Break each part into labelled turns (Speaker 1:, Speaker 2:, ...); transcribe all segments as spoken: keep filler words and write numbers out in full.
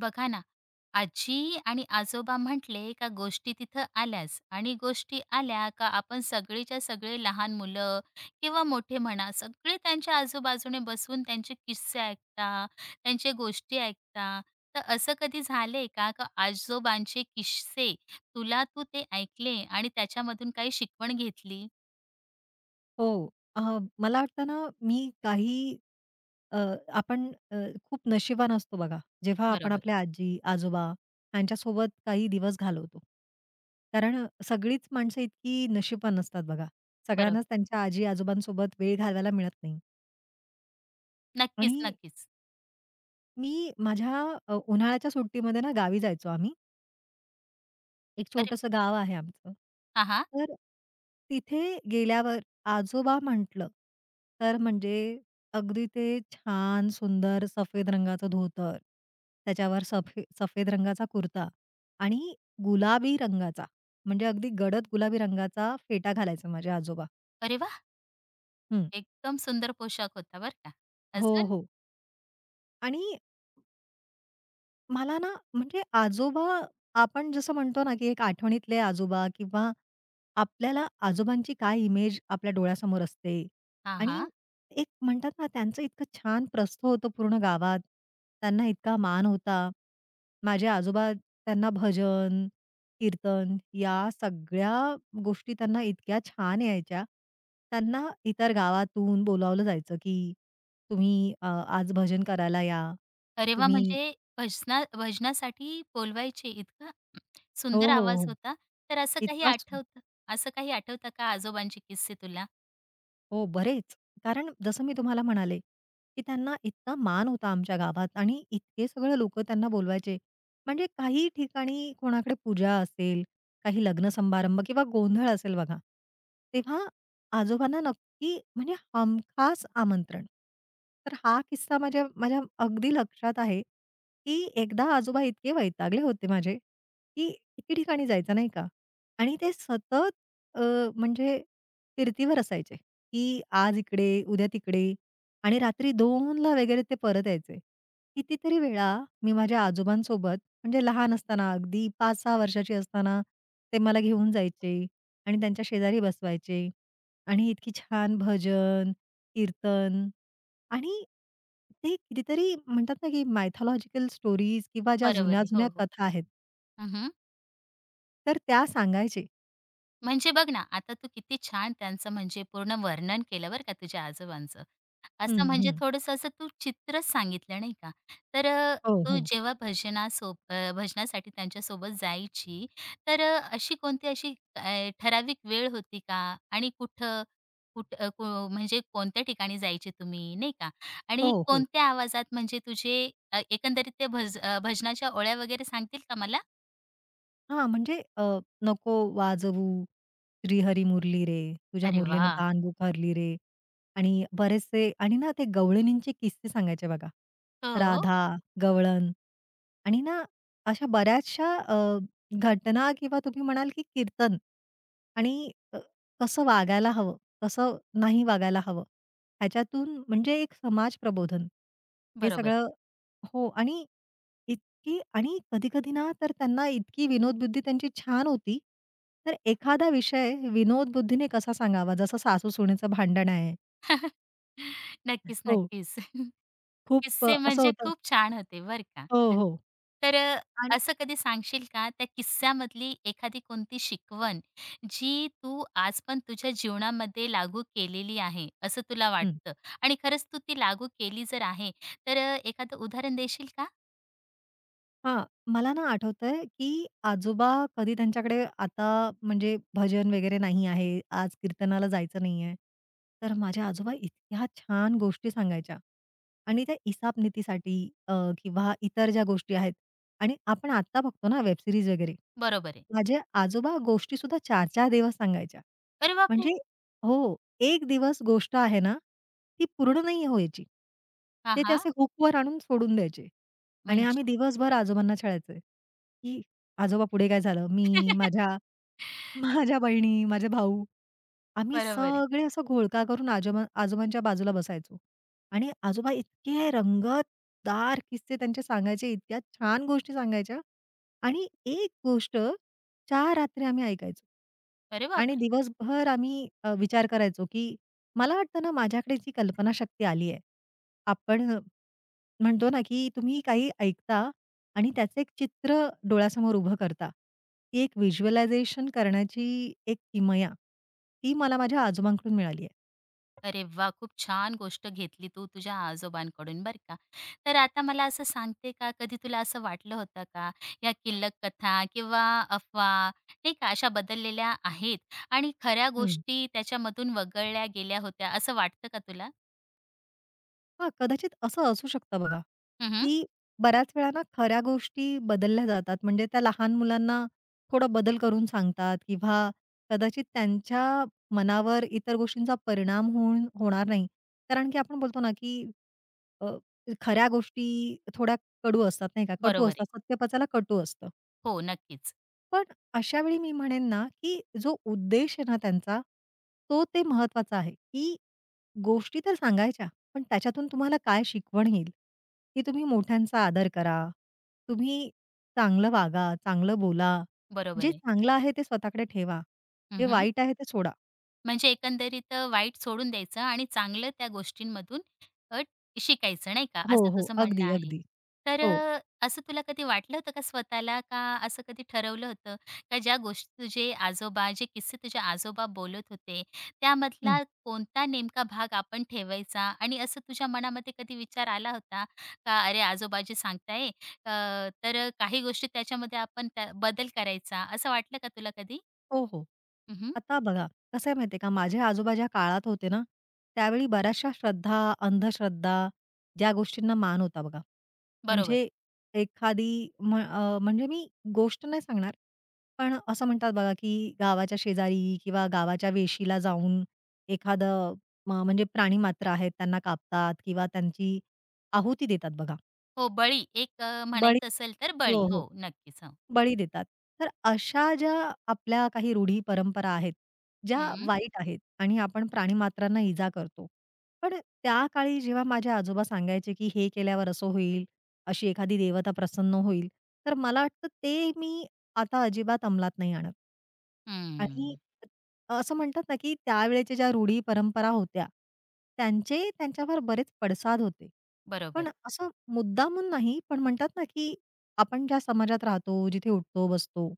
Speaker 1: बघा ना, आजी आणि आजोबा म्हटले का गोष्टी तिथं आल्याच आणि गोष्टी आल्या का आपण सगळीच्या सगळे लहान मुलं किंवा मोठे म्हणा, सगळे त्यांच्या आजूबाजूने बसून त्यांचे किस्से ऐकता, त्यांच्या गोष्टी ऐकता. तर असं कधी झालंय का, का आजोबांचे किस्से तुला तू ते ऐकले आणि त्याच्यामधून काही शिकवण घेतली?
Speaker 2: हो. अ, मला वाटतं ना, मी काही अ, आपण अ, खूप नशिबान असतो बघा, जेव्हा आपण
Speaker 1: बरोबर,
Speaker 2: आपल्या आजी-आजोबा यांच्यासोबत काही दिवस घालवतो. कारण अ, सगळीच माणसं इतकी नशिबान नसतात बघा. सगळ्यांनाच
Speaker 1: बरोबर.
Speaker 2: त्यांच्या आजी-आजोबांसोबत वेळ घालवायला मिळत नाही.
Speaker 1: नक्कीच,
Speaker 2: आणि
Speaker 1: नक्कीच.
Speaker 2: मी माझ्या अ, उन्हाळ्याच्या सुट्टीमध्ये ना गावी जायचो आम्ही. एक
Speaker 1: अरे
Speaker 2: छोटंसं गाव आहे आमचं.
Speaker 1: हां, हां.
Speaker 2: तर तिथे गेल्यावर आजोबा म्हटलं, तर म्हणजे अगदी ते छान सुंदर सफेद रंगाचं धोतर, त्याच्यावर सफे सफेद रंगाचा कुर्ता आणि गुलाबी रंगाचा, म्हणजे अगदी गडद गुलाबी रंगाचा फेटा घालायचा माझे आजोबा.
Speaker 1: अरे वाह!
Speaker 2: हं.
Speaker 1: एकदम सुंदर पोशाख होता बरं का.
Speaker 2: हो,
Speaker 1: अजून?
Speaker 2: हो. आणि मला ना म्हणजे आजोबा आपण जसं म्हणतो ना, की एक आठवणीतले आजोबा किंवा आपल्याला आजोबांची काय इमेज आपल्या डोळ्यासमोर असते
Speaker 1: हां,
Speaker 2: आणि
Speaker 1: हां.
Speaker 2: एक म्हणतात ना, त्यांचं इतकं छान प्रस्थ होतं पूर्ण गावात. त्यांना इतका मान होता. माझे आजोबा त्यांना भजन, कीर्तन या सगळ्या गोष्टी त्यांना इतक्या छान यायच्या. त्यांना इतर गावातून बोलावलं जायचं, की तुम्ही अ, आज भजन करायला या.
Speaker 1: अरे वाह!
Speaker 2: तुम्ही
Speaker 1: म्हणजे भजना भजनासाठी बोलवायचे इतका
Speaker 2: हो,
Speaker 1: सुंदर
Speaker 2: हो,
Speaker 1: आवाज
Speaker 2: हो.
Speaker 1: होता. तर असं काही
Speaker 2: इतका सु
Speaker 1: आठवतं असं काही आठवतं का आजोबांचे किस्से तुला?
Speaker 2: हो, बरेच. कारण जसं मी तुम्हाला म्हणाले, की त्यांना इतका मान होता आमच्या गावात आणि इतके सगळे लोकं त्यांना बोलवायचे. म्हणजे काही ठिकाणी कोणाकडे पूजा असेल, काही लग्न समारंभ किंवा गोंधळ असेल बघा, तेव्हा आजोबांना नक्की म्हणजे हमखास आमंत्रण. तर हा किस्सा माझ्या माझ्या अगदी लक्षात आहे, की एकदा आजोबा इतके वैतागले होते माझे, की एके ठिकाणी जायचं नाही का आणि ते सतत अ, म्हणजे फिरतीवर असायचे. की आज इकडे, उद्या तिकडे आणि रात्री दोनला वगैरे ते परत यायचे. कितीतरी वेळा मी माझ्या आजोबांसोबत म्हणजे लहान असताना अगदी पाच सहा वर्षाची असताना ते मला घेऊन जायचे आणि त्यांच्या शेजारी बसवायचे आणि इतकी छान भजन, कीर्तन आणि ते कितीतरी म्हणतात ना, की मायथॉलॉजिकल स्टोरीज किंवा ज्या
Speaker 1: बरोबर आहे.
Speaker 2: जुन्या-जुन्या
Speaker 1: हो, हो.
Speaker 2: कथा आहेत,
Speaker 1: हं,
Speaker 2: तर त्या सांगायचे.
Speaker 1: म्हणजे बघ ना, आता तू किती छान त्यांचं म्हणजे पूर्ण वर्णन केलं बरं का तुझ्या आजोबांचं.
Speaker 2: हं,
Speaker 1: असं म्हणजे
Speaker 2: हं.
Speaker 1: थोडंसं असं तू चित्रच सांगितलं नाही का. तर अ,
Speaker 2: हो,
Speaker 1: तू
Speaker 2: हो.
Speaker 1: जेव्हा भजनासोब अ, भजनासाठी त्यांच्यासोबत जायची, तर अ, अशी कोणती अशी अ, ठराविक वेळ होती का? आणि कुठं, कुठ अ, को म्हणजे कोणत्या ठिकाणी जायचे तुम्ही नाही का? आणि
Speaker 2: हो, हो.
Speaker 1: कोणत्या आवाजात म्हणजे तुझे अ, एकंदरीत ते भज अ, भजनाच्या ओळ्या वगैरे सांगतील का मला?
Speaker 2: हां, म्हणजे अ, नको वाजवू श्रीहरी मुरली रे, तुझ्या
Speaker 1: अरे
Speaker 2: मुरलीने
Speaker 1: वाह!
Speaker 2: तान बुखारली रे आणि बरेचसे आणि ना ते गवळणींचे किस्से सांगायचे बघा.
Speaker 1: हो,
Speaker 2: राधा, गवळण आणि ना अशा बऱ्याचशा अ, घटना किंवा तुम्ही म्हणाल की कीर्तन आणि अ, कसं वागायला हवं, कसं नाही वागायला हवं. ह्याच्यातून म्हणजे एक समाज प्रबोधन हे
Speaker 1: बरोबर.
Speaker 2: सगळं हो आणि इतकी आणि कधी-कधी ना, तर त्यांना इतकी विनोद बुद्धी त्यांची छान होती, तर एखादा विषय विनोदबुद्धीने कसा सांगावा, जसं सासू-सुनेचं भांडण आहे.
Speaker 1: नक्कीच,
Speaker 2: हो,
Speaker 1: नक्कीच.
Speaker 2: खूप अ,
Speaker 1: किस्से
Speaker 2: असं
Speaker 1: म्हणजे
Speaker 2: होतं.
Speaker 1: खूप छान होते बर का.
Speaker 2: हो, हो
Speaker 1: तर अ,
Speaker 2: आणि
Speaker 1: असं कधी सांगशील का त्या किस्स्यामधली एखादी कोणती शिकवण, जी तू आज पण तुझ्या जीवनामध्ये लागू केलेली आहे, असं तुला वाटतं आणि खरंच तू ती लागू केली जर आहे, तर अ, एखादं उदाहरण देशील का?
Speaker 2: हां, मला ना आठवतंय, की आजोबा कधी त्यांच्याकडे आता म्हणजे भजन वगैरे नाही आहे, आज कीर्तनाला जायचं नाहीये. तर माझ्या आजोबा इतक्या छान गोष्टी सांगायच्या आणि त्या इसापनीतीसाठी अ, किंवा इतर ज्या गोष्टी आहेत आणि आपण आत्ता बघतो ना वेब सीरीज वगैरे.
Speaker 1: बरोबर आहे.
Speaker 2: माझे आजोबा गोष्टीसुद्धा चार चार दिवस सांगायच्या.
Speaker 1: अरे बापरे!
Speaker 2: म्हणजे हो, एक दिवस गोष्ट आहे ना, ती पूर्ण नाही व्हायची.
Speaker 1: हां,
Speaker 2: ते ते
Speaker 1: हां.
Speaker 2: असे हुकवर आणून सोडून द्यायचे. आणि
Speaker 1: म्हणजे
Speaker 2: आम्ही दिवसभर आजोबांना छळायचोय, की आजोबा पुढे काय झालं? मी, माझ्या माझ्या बहिणी, माझे भाऊ आम्ही
Speaker 1: बरोबर आहे.
Speaker 2: सगळे असं घोळका करून आजोबा आजोबांच्या बाजूला बसायचो. आणि आजोबा इतके रंगतदार किस्से त्यांचे सांगायचे, इतक्या छान गोष्टी सांगायच्या आणि एक गोष्ट चार रात्री आम्ही ऐकायचो.
Speaker 1: अरे
Speaker 2: आणि
Speaker 1: बापरे!
Speaker 2: दिवसभर आम्ही अ, विचार करायचो, की मला वाटतं ना माझ्याकडे जी कल्पनाशक्ती आली आहे. आपण म्हणतो ना, की तुम्ही काही ऐकता आणि त्याचं एक चित्र डोळ्यासमोर उभं करता. ती एक व्हिज्युअलायझेशन करण्याची एक किमया, ती मला माझ्या आजोबांकडून मिळाली आहे.
Speaker 1: अरे वाह! खूप छान गोष्ट घेतली तू तुझ्या आजोबांकडून बरं का. तर आता मला असं सांगते का कधी तुला असं वाटलं होतं का, या किल्लक कथा किंवा अफवा नाही का अशा बदललेल्या आहेत आणि खऱ्या
Speaker 2: हं.
Speaker 1: गोष्टी त्याच्यामधून वगळल्या गेल्या होत्या असं वाटतं का तुला?
Speaker 2: हां, कदाचित असं असू शकतं बघा,
Speaker 1: हं,
Speaker 2: की बऱ्याच वेळा ना खऱ्या गोष्टी बदलल्या जातात. म्हणजे त्या लहान मुलांना थोडा बदल करून सांगतात किंवा कदाचित त्यांच्या मनावर इतर गोष्टींचा परिणाम होऊन होणार नाही. कारण की आपण बोलतो ना, की अ, खऱ्या गोष्टी थोड्या कडू असतात नाही का, कटू
Speaker 1: बरोबर
Speaker 2: असतात.
Speaker 1: आहे.
Speaker 2: सत्य पचायला कटू असतं.
Speaker 1: हो, नक्कीच.
Speaker 2: पण अशा वेळी मी म्हणेन ना, की जो उद्देश आहे ना त्यांचा, तो ते महत्वाचा आहे, की गोष्टी तर सांगायच्या, पण त्याच्यातून तुम्हाला काय शिकवण येईल, की तुम्ही मोठ्यांचा आदर करा, तुम्ही चांगलं वागा, चांगलं बोला. जे
Speaker 1: बरोबर आहे.
Speaker 2: चांगलं आहे ते स्वतःकडे ठेवा. जे
Speaker 1: हं,
Speaker 2: वाईट आहे ते सोडा.
Speaker 1: म्हणजे एकंदरीत अ, वाईट सोडून द्यायचं आणि चांगलं त्या गोष्टींमधून अ, शिकायचं नाही का,
Speaker 2: हो,
Speaker 1: असं
Speaker 2: हो.
Speaker 1: तुझं म्हणणं
Speaker 2: अगदी,
Speaker 1: आहे.
Speaker 2: अगदी.
Speaker 1: तर
Speaker 2: हो.
Speaker 1: अ, असं तुला कधी वाटलं होतं का स्वतःला का असं कधी ठरवलं होतं का ज्या गोष्टी तुझे आजोबा जे किस्से तुझे आजोबा बोलत होते, त्यामधला कोणता नेमका भाग आपण ठेवायचा आणि असं तुझ्या मनामध्ये कधी विचार आला होता का "अरे आजोबा जे सांगताय अ, तर काही गोष्टी त्याच्यामध्ये आपण त्या बदल करायचा." असं वाटलं का तुला कधी?
Speaker 2: हो, हो.
Speaker 1: हं,
Speaker 2: आता बघा, कसं आहे माहिती आहे का, माझे आजोबा ज्या काळात होते ना, त्यावेळी बऱ्याचशा श्रद्धा, अंधश्रद्धा ज्या गोष्टींना मान होता बघा.
Speaker 1: बरोबर
Speaker 2: म्हणजे एखादी म अ, म्हणजे मी गोष्ट नाही सांगणार, पण असं म्हणतात बघा, की गावाच्या शेजारी किंवा गावाच्या वेशीला जाऊन एखादं म म्हणजे प्राणीमात्र आहेत त्यांना कापतात किंवा त्यांची आहुती देतात बघा.
Speaker 1: हो, बळी एक अ,
Speaker 2: बळी
Speaker 1: म्हणायचं असेल तर
Speaker 2: हो,
Speaker 1: बळी.
Speaker 2: हो.
Speaker 1: हो, नक्कीच. हो.
Speaker 2: बळी देतात. तर अशा ज्या आपल्या काही रूढी, परंपरा आहेत, ज्या
Speaker 1: हं,
Speaker 2: वाईट आहेत आणि आपण प्राणीमात्रांना इजा करतो. पण त्या काळी जेव्हा माझे आजोबा सांगायचे, की हे केल्यावर असं होईल, अशी एखादी देवता प्रसन्न होईल, तर मला वाटतं ते मी आता अजिबात अंमलात नाही आणत. आणि
Speaker 1: हं.
Speaker 2: असं म्हणतात ना, की त्यावेळेच्या ज्या रूढी, परंपरा होत्या, त्यांचे त्यांच्यावर बरेच पडसाद होते.
Speaker 1: बरोबर
Speaker 2: पण
Speaker 1: आहे.
Speaker 2: असं मुद्दामून नाही, पण म्हणतात ना, की आपण ज्या समाजात राहतो, जिथे उठतो, बसतो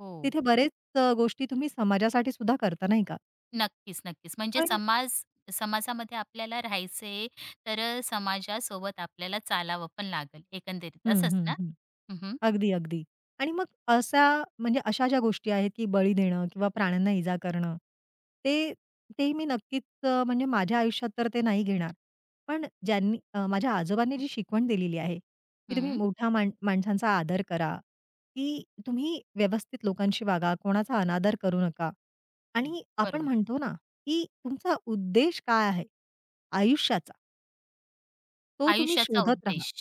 Speaker 1: हो,
Speaker 2: तिथे बरेच अ, गोष्टी तुम्ही समाजासाठी सुद्धा करता, नाही का?
Speaker 1: नक्कीच, नक्कीच. म्हणजे
Speaker 2: पण
Speaker 1: समाज समाजामध्ये आपल्याला राहायचंय, तर अ, समाजासोबत आपल्याला चालावं पण लागेल एकंदरीत
Speaker 2: हं,
Speaker 1: असंच
Speaker 2: हं,
Speaker 1: ना?
Speaker 2: हं,
Speaker 1: हं, हं.
Speaker 2: अगदी, अगदी. आणि मग असा म्हणजे अशा ज्या गोष्टी आहेत, की बळी देणं किंवा प्राण्यांना इजा करणं, ते ते मी नक्कीच अ, म्हणजे माझ्या आयुष्यात तर ते नाही घेणार. पण ज्यांनी अ, माझ्या आजोबांनी जी शिकवण दिलेली आहे, की तुम्ही
Speaker 1: हं,
Speaker 2: मोठ्या माण माणसांचा आदर करा, की तुम्ही व्यवस्थित लोकांशी वागा, कोणाचा अनादर करू नका. आणि आपण
Speaker 1: बरोबर
Speaker 2: म्हणतो ना, की तुमचा उद्देश काय आहे आयुष्याचा, तो तुम्ही
Speaker 1: आयुष्याचा
Speaker 2: शोधत राहा.
Speaker 1: उद्देश.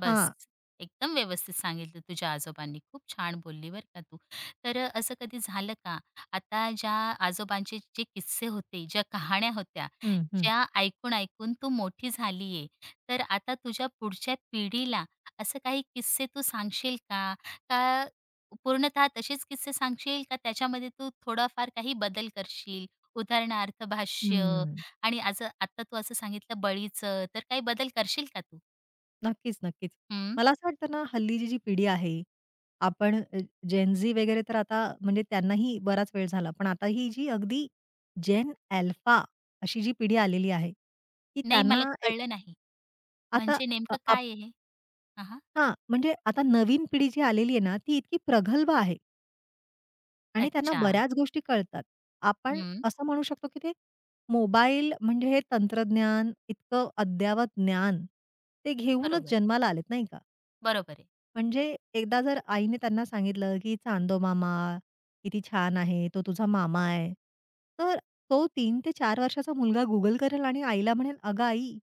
Speaker 1: बस.
Speaker 2: हां.
Speaker 1: एकदम व्यवस्थित सांगितलं तुझ्या आजोबांनी. खूप छान बोलली बरं का तू. तर अ, असं कधी झालं का? आता ज्या आजोबांचे जे किस्से होते, ज्या कहाण्या होत्या,
Speaker 2: हं, हं.
Speaker 1: ज्या ऐकून-ऐकून तू मोठी झाली आहे, तर आता तुझ्या पुढच्या पिढीला असं काही किस्से तू सांगशील का? का पूर्णतः तसेच किस्से सांगशील का त्याच्यामध्ये तू थोडाफार काही बदल करशील? उदाहरणार्थ भाष्य
Speaker 2: हं.
Speaker 1: आणि आज आता तू असं सांगितलं बळीचं, तर काही बदल करशील का तू?
Speaker 2: नक्कीच, नक्कीच.
Speaker 1: हं.
Speaker 2: मला असं वाटतं ना, हल्लीची जी पिढी आहे, आपण अ, जेन झी वगैरे तर आता म्हणजे त्यांनाही बराच वेळ झाला. पण आता ही जी अगदी जेन अल्फा अशी जी पिढी आलेली आहे, की
Speaker 1: नाही मला
Speaker 2: त्यांना ए
Speaker 1: कळलं नाही.
Speaker 2: आता
Speaker 1: म्हणजे
Speaker 2: अ,
Speaker 1: नेमकं
Speaker 2: आप
Speaker 1: काय आहे हे? हां, हां.
Speaker 2: हां, म्हणजे आता नवीन पिढी जी आलेली आहे ना, ती इतकी प्रगल्भ आहे आणि त्यांना
Speaker 1: अच्छा.
Speaker 2: बऱ्याच गोष्टी कळतात. आपण
Speaker 1: हं.
Speaker 2: असं म्हणू शकतो, की ते मोबाईल म्हणजे हे तंत्रज्ञान, इतकं अद्ययावत ज्ञान ते घेऊनच
Speaker 1: बरोबर.
Speaker 2: जन्माला आलेत, नाही का?
Speaker 1: बरोबर आहे.
Speaker 2: म्हणजे एकदा जर आईने त्यांना सांगितलं, की "चांदो मामा किती छान आहे, तो तुझा मामा आहे." तर तो तीन ते चार वर्षाचा मुलगा Google करेल आणि आईला म्हणेल, "अगं आई,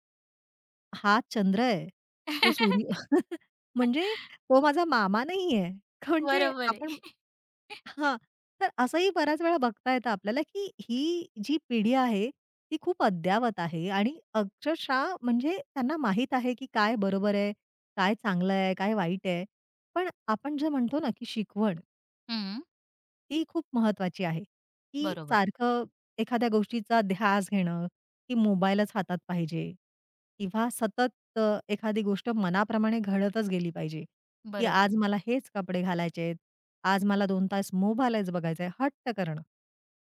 Speaker 2: हा चंद्र आहे. तो सूर्य म्हणजे तो माझा मामा नाहीये. म्हणजे
Speaker 1: बरोबर आहे.
Speaker 2: आपण हां. तर असंही बऱ्याच वेळा बघता येतं आपल्याला, की ही जी पिढी आहे, ती खूप अद्यावत आहे आणि अक्षरशः म्हणजे त्यांना माहीत आहे, की काय बरोबर आहे, काय चांगलं आहे, काय वाईट आहे. पण आपण जे म्हणतो ना, की शिकवण
Speaker 1: हं.
Speaker 2: ती खूप महत्वाची आहे, की
Speaker 1: बरोबर.
Speaker 2: सारखं एखाद्या गोष्टीचा ध्यास घेणं, की मोबाईलच हातात पाहिजे किंवा सतत अ, एखादी गोष्ट मनाप्रमाणे घडतच गेली पाहिजे, की आज
Speaker 1: बरोबर.
Speaker 2: मला हेच कपडे घालायचे आहेत, आज मला दोन तास मोबाईलच बघायचा आहे, हट्ट करणं.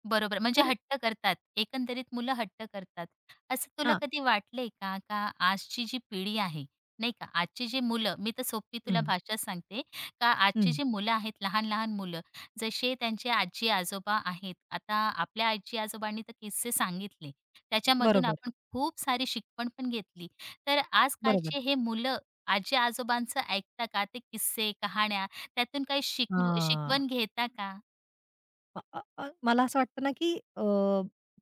Speaker 1: बरोबर. म्हणजे
Speaker 2: तर
Speaker 1: हट्ट करतात. एकंदरीत मुलं हट्ट करतात. असं तुला
Speaker 2: हां.
Speaker 1: कधी वाटलंय का, का आजची जी पिढी आहे, नाही का, आजची जी मुलं मी तर सोपी तुला
Speaker 2: हं,
Speaker 1: भाषा सांगते, का आजची
Speaker 2: हं.
Speaker 1: जी मुलं आहेत, लहान-लहान मुलं, जसे त्यांचे आजी-आजोबा आहेत. आता आपल्या आजी-आजोबांनी तर किस्से सांगितले. त्याच्यामधून
Speaker 2: बरोबर,
Speaker 1: आपण खूप सारी शिकवण पण घेतली. तर
Speaker 2: बरोबर.
Speaker 1: आजकालचे हे मुलं आजी-आजोबांचं ऐकता का? ते किस्से, कहाण्या त्यातून काही शिकव
Speaker 2: हां.
Speaker 1: शिकवण घेता का?
Speaker 2: अ, अ, अ, मला असं वाटतं ना, की अ,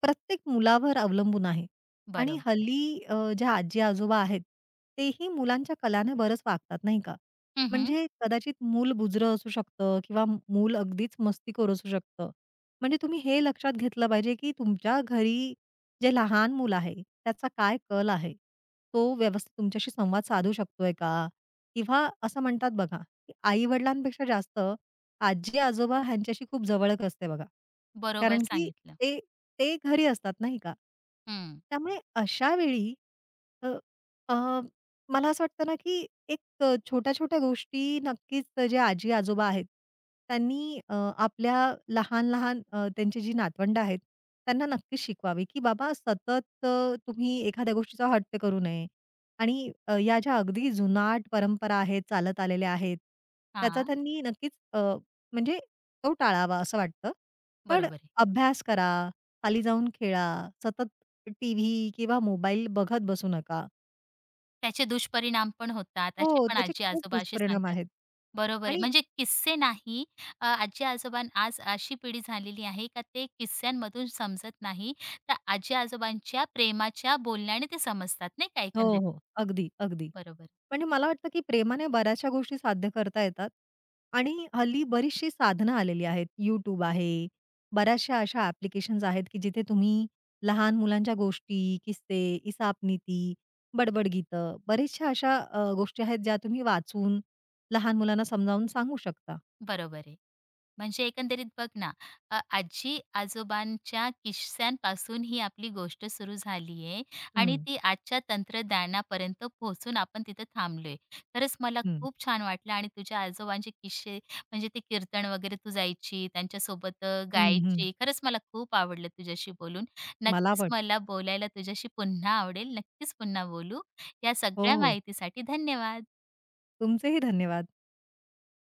Speaker 2: प्रत्येक मुलावर अवलंबून आहे आणि
Speaker 1: बरोबर.
Speaker 2: हल्ली अ, ज्या आजी-आजोबा आहेत, तेही मुलांच्या कलाने बरंच वागतात, नाही का?
Speaker 1: हं,
Speaker 2: म्हणजे कदाचित मूल बुजरं असू शकतं किंवा मूल अगदीच मस्तीखोर असू शकतं. म्हणजे तुम्ही हे लक्षात घेतलं पाहिजे, की तुमच्या घरी जे लहान मूल आहे, त्याचा काय कल आहे? तो व्यवस्थित तुमच्याशी संवाद साधू शकतोय का? किंवा असं म्हणतात बघा, की आई-वडिलांपेक्षा जास्त आजी-आजोबा ह्यांच्याशी खूप जवळक असते बघा.
Speaker 1: बरोबर
Speaker 2: कारण की
Speaker 1: सांगितलं.
Speaker 2: ते ते घरी असतात नाही का?
Speaker 1: हं.
Speaker 2: त्यामुळे अशा वेळी अ, अ, मला असं वाटतं ना, की एक अ, छोट्या-छोट्या गोष्टी नक्कीच जे आजी-आजोबा आहेत, त्यांनी अ, आपल्या लहान-लहान अ, त्यांची जी नातवंड आहेत, त्यांना नक्कीच शिकवावी, की बाबा सतत अ, तुम्ही एखाद्या गोष्टीचा हट्ट करू नये आणि अ, या ज्या अगदी जुनाट परंपरा आहेत, चालत आलेल्या आहेत, त्याचा
Speaker 1: हां,
Speaker 2: त्यांनी नक्कीच म्हणजे तो टाळावा असं वाटतं. पण
Speaker 1: बरोबर आहे.
Speaker 2: अभ्यास करा, खाली जाऊन खेळा, सतत टीव्ही किंवा मोबाईल बघत बसू नका.
Speaker 1: त्याचे दुष्परिणाम पण होतात, असे
Speaker 2: हो,
Speaker 1: पण
Speaker 2: त्याचे खूप
Speaker 1: आजी-आजोबा असे
Speaker 2: दुष्परिणाम
Speaker 1: सांगतात.
Speaker 2: आहेत.
Speaker 1: बरोबर आहे.
Speaker 2: आणि
Speaker 1: म्हणजे किस्से नाही अ, आजी-आजोबा आज अशी पिढी झालेली आहे का ते किस्स्यांमधून समजत नाही, तर आजी-आजोबांच्या प्रेमाच्या बोलण्याने ते समजतात नाही का
Speaker 2: हो,
Speaker 1: एकंदरीत.
Speaker 2: हो. अगदी, अगदी.
Speaker 1: बरोबर,
Speaker 2: म्हणजे मला वाटतं, की प्रेमाने बऱ्याचशा गोष्टी साध्य करता येतात आणि हल्ली बरीचशी साधनं आलेली आहेत. YouTube आहे, बऱ्याचशा अशा ॲप्लिकेशन्स आहेत, की जिथे तुम्ही लहान मुलांच्या गोष्टी, किस्से, इसापनीती, बडबड गीतं, अशा अ, गोष्टी आहेत, ज्या तुम्ही वाचून लहान मुलांना समजावून सांगू शकता.
Speaker 1: बरोबर आहे. म्हणजे एकंदरीत बघ ना, अ, आजी-आजोबांच्या किस्स्यांपासून ही आपली गोष्ट सुरू झाली आहे आणि
Speaker 2: हं,
Speaker 1: ती आजच्या तंत्रज्ञानापर्यंत पोहोचून आपण तिथं थांबलोय. खरंच मला
Speaker 2: हं.
Speaker 1: खूप छान वाटलं आणि तुझ्या आजोबांचे किस्से म्हणजे ते कीर्तन वगैरे तू जायची, त्यांच्यासोबत अ,
Speaker 2: हं, हं.
Speaker 1: गायची. खरंच मला खूप आवडलं तुझ्याशी बोलून.
Speaker 2: मला
Speaker 1: नक्कीच
Speaker 2: पण.
Speaker 1: मला बोलायला तुझ्याशी पुन्हा आवडेल. नक्कीच पुन्हा बोलू. या
Speaker 2: हो,
Speaker 1: सगळ्या
Speaker 2: हो.
Speaker 1: माहितीसाठी धन्यवाद.
Speaker 2: तुमचेही धन्यवाद.